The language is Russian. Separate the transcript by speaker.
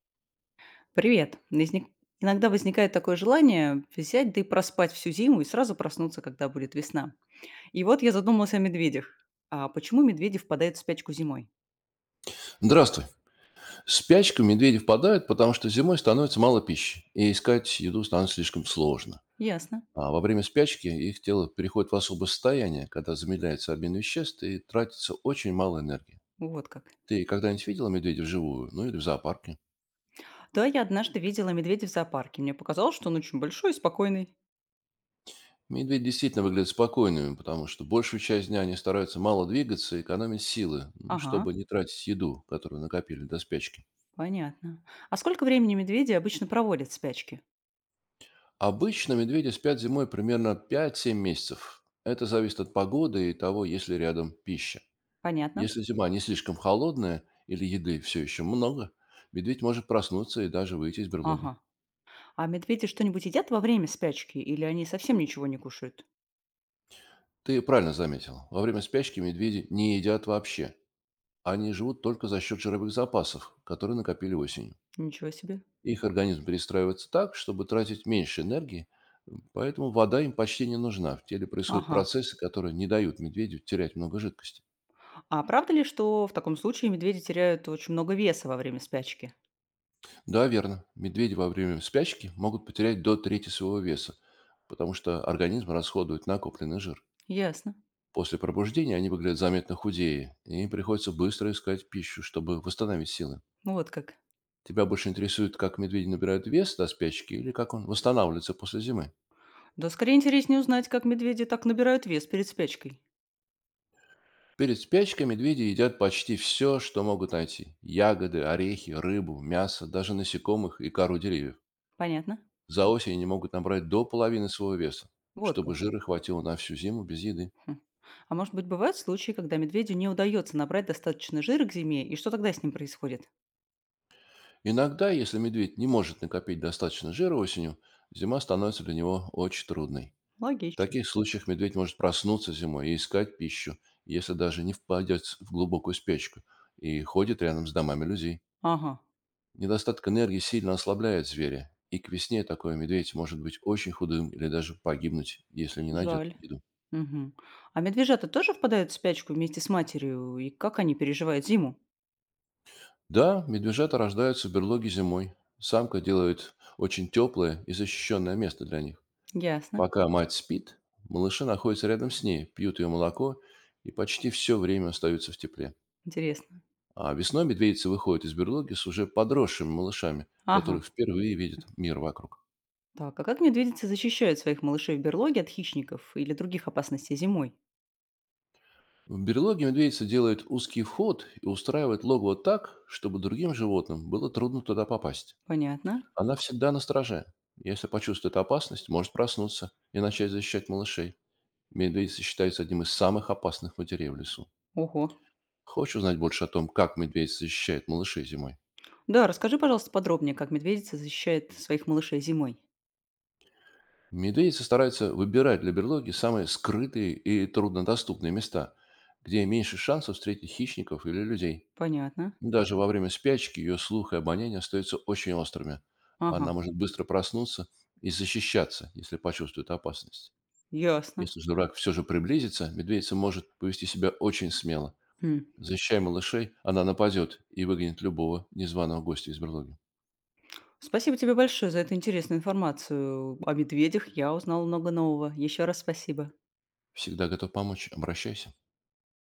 Speaker 1: Привет. Иногда возникает такое желание взять, да и проспать всю зиму и сразу проснуться, когда будет весна. И вот я задумалась о медведях. А почему медведи впадают в спячку зимой?
Speaker 2: Здравствуй. В спячку медведи впадают, потому что зимой становится мало пищи, и искать еду становится слишком сложно.
Speaker 1: Ясно.
Speaker 2: А во время спячки их тело переходит в особое состояние, когда замедляется обмен веществ и тратится очень мало энергии.
Speaker 1: Вот как.
Speaker 2: Ты когда-нибудь видела медведя вживую, ну или в зоопарке?
Speaker 1: Да, я однажды видела медведя в зоопарке. Мне показалось, что он очень большой и спокойный.
Speaker 2: Медведи действительно выглядят спокойными, потому что большую часть дня они стараются мало двигаться и экономить силы, ну,
Speaker 1: Ага,
Speaker 2: чтобы не тратить еду, которую накопили до спячки.
Speaker 1: понятно. А сколько времени медведи обычно проводят в спячке?
Speaker 2: Обычно медведи спят зимой примерно пять 7 месяцев. Это зависит от погоды и того, есть ли рядом пища.
Speaker 1: Понятно.
Speaker 2: Если зима не слишком холодная или еды все еще много, медведь может проснуться и даже выйти из берлоги.
Speaker 1: Ага. А медведи что-нибудь едят во время спячки или они совсем ничего не кушают?
Speaker 2: Ты правильно заметил. Во время спячки медведи не едят вообще. Они живут только за счет жировых запасов, которые накопили осенью.
Speaker 1: Ничего себе.
Speaker 2: Их организм перестраивается так, чтобы тратить меньше энергии, поэтому вода им почти не нужна. В теле происходят
Speaker 1: Ага.
Speaker 2: процессы, которые не дают медведю терять много жидкости.
Speaker 1: А правда ли, что в таком случае медведи теряют очень много веса во время спячки?
Speaker 2: Да, верно. Медведи во время спячки могут потерять до трети своего веса, потому что организм расходует накопленный жир.
Speaker 1: Ясно.
Speaker 2: После пробуждения они выглядят заметно худее, и им приходится быстро искать пищу, чтобы восстановить силы.
Speaker 1: Ну вот как.
Speaker 2: Тебя больше интересует, как медведи набирают вес до спячки или как он восстанавливается после зимы?
Speaker 1: Да, скорее интереснее узнать, как медведи так набирают вес перед спячкой.
Speaker 2: Перед спячкой медведи едят почти все, что могут найти. Ягоды, орехи, рыбу, мясо, даже насекомых и кору деревьев.
Speaker 1: Понятно.
Speaker 2: За осень они могут набрать до половины своего веса,
Speaker 1: Вот как.
Speaker 2: чтобы жира хватило на всю зиму без еды.
Speaker 1: Хм. А может быть, бывают случаи, когда медведю не удается набрать достаточно жира к зиме, и что тогда с ним происходит?
Speaker 2: Иногда, если медведь не может накопить достаточно жира осенью, зима становится для него очень трудной. В
Speaker 1: Логично.
Speaker 2: таких случаях медведь может проснуться зимой и искать пищу, если даже не впадет в глубокую спячку, и ходит рядом с домами людей.
Speaker 1: Ага,
Speaker 2: Недостаток энергии сильно ослабляет зверя, и к весне такой медведь может быть очень худым или даже погибнуть, если не найдет
Speaker 1: жаль.
Speaker 2: еду.
Speaker 1: Мгм. А медвежата тоже впадают в спячку вместе с матерью, и как они переживают зиму?
Speaker 2: Да, медвежата рождаются в берлоге зимой. Самка делает очень теплое и защищенное место для них.
Speaker 1: Ясно.
Speaker 2: Пока мать спит, малыши находятся рядом с ней, пьют ее молоко и почти все время остаются в тепле.
Speaker 1: Интересно.
Speaker 2: А весной медведицы выходят из берлоги с уже подросшими малышами,
Speaker 1: Ага.
Speaker 2: которых впервые видят мир вокруг.
Speaker 1: Так, а как медведицы защищают своих малышей в берлоге от хищников или других опасностей зимой?
Speaker 2: В берлоге медведица делает узкий вход и устраивает логово так, чтобы другим животным было трудно туда попасть.
Speaker 1: Понятно.
Speaker 2: Она всегда на страже. Если почувствует опасность, может проснуться и начать защищать малышей. Медведица считается одним из самых опасных матерей в лесу.
Speaker 1: Ого.
Speaker 2: Хочешь узнать больше о том, как медведица защищает малышей зимой?
Speaker 1: Да, расскажи, пожалуйста, подробнее, как медведица защищает своих малышей зимой.
Speaker 2: Медведицы стараются выбирать для берлоги самые скрытые и труднодоступные места, где меньше шансов встретить хищников или людей.
Speaker 1: Понятно.
Speaker 2: Даже во время спячки ее слух и обоняние остаются очень острыми.
Speaker 1: Ага,
Speaker 2: Она может быстро проснуться и защищаться, если почувствует опасность.
Speaker 1: ясно.
Speaker 2: Если же враг все же приблизится, медведица может повести себя очень смело.
Speaker 1: Хм.
Speaker 2: Защищая малышей, она нападет и выгонит любого незваного гостя из берлоги.
Speaker 1: Спасибо тебе большое за эту интересную информацию о медведях. Я узнала много нового. Еще раз спасибо.
Speaker 2: Всегда готов помочь. Обращайся.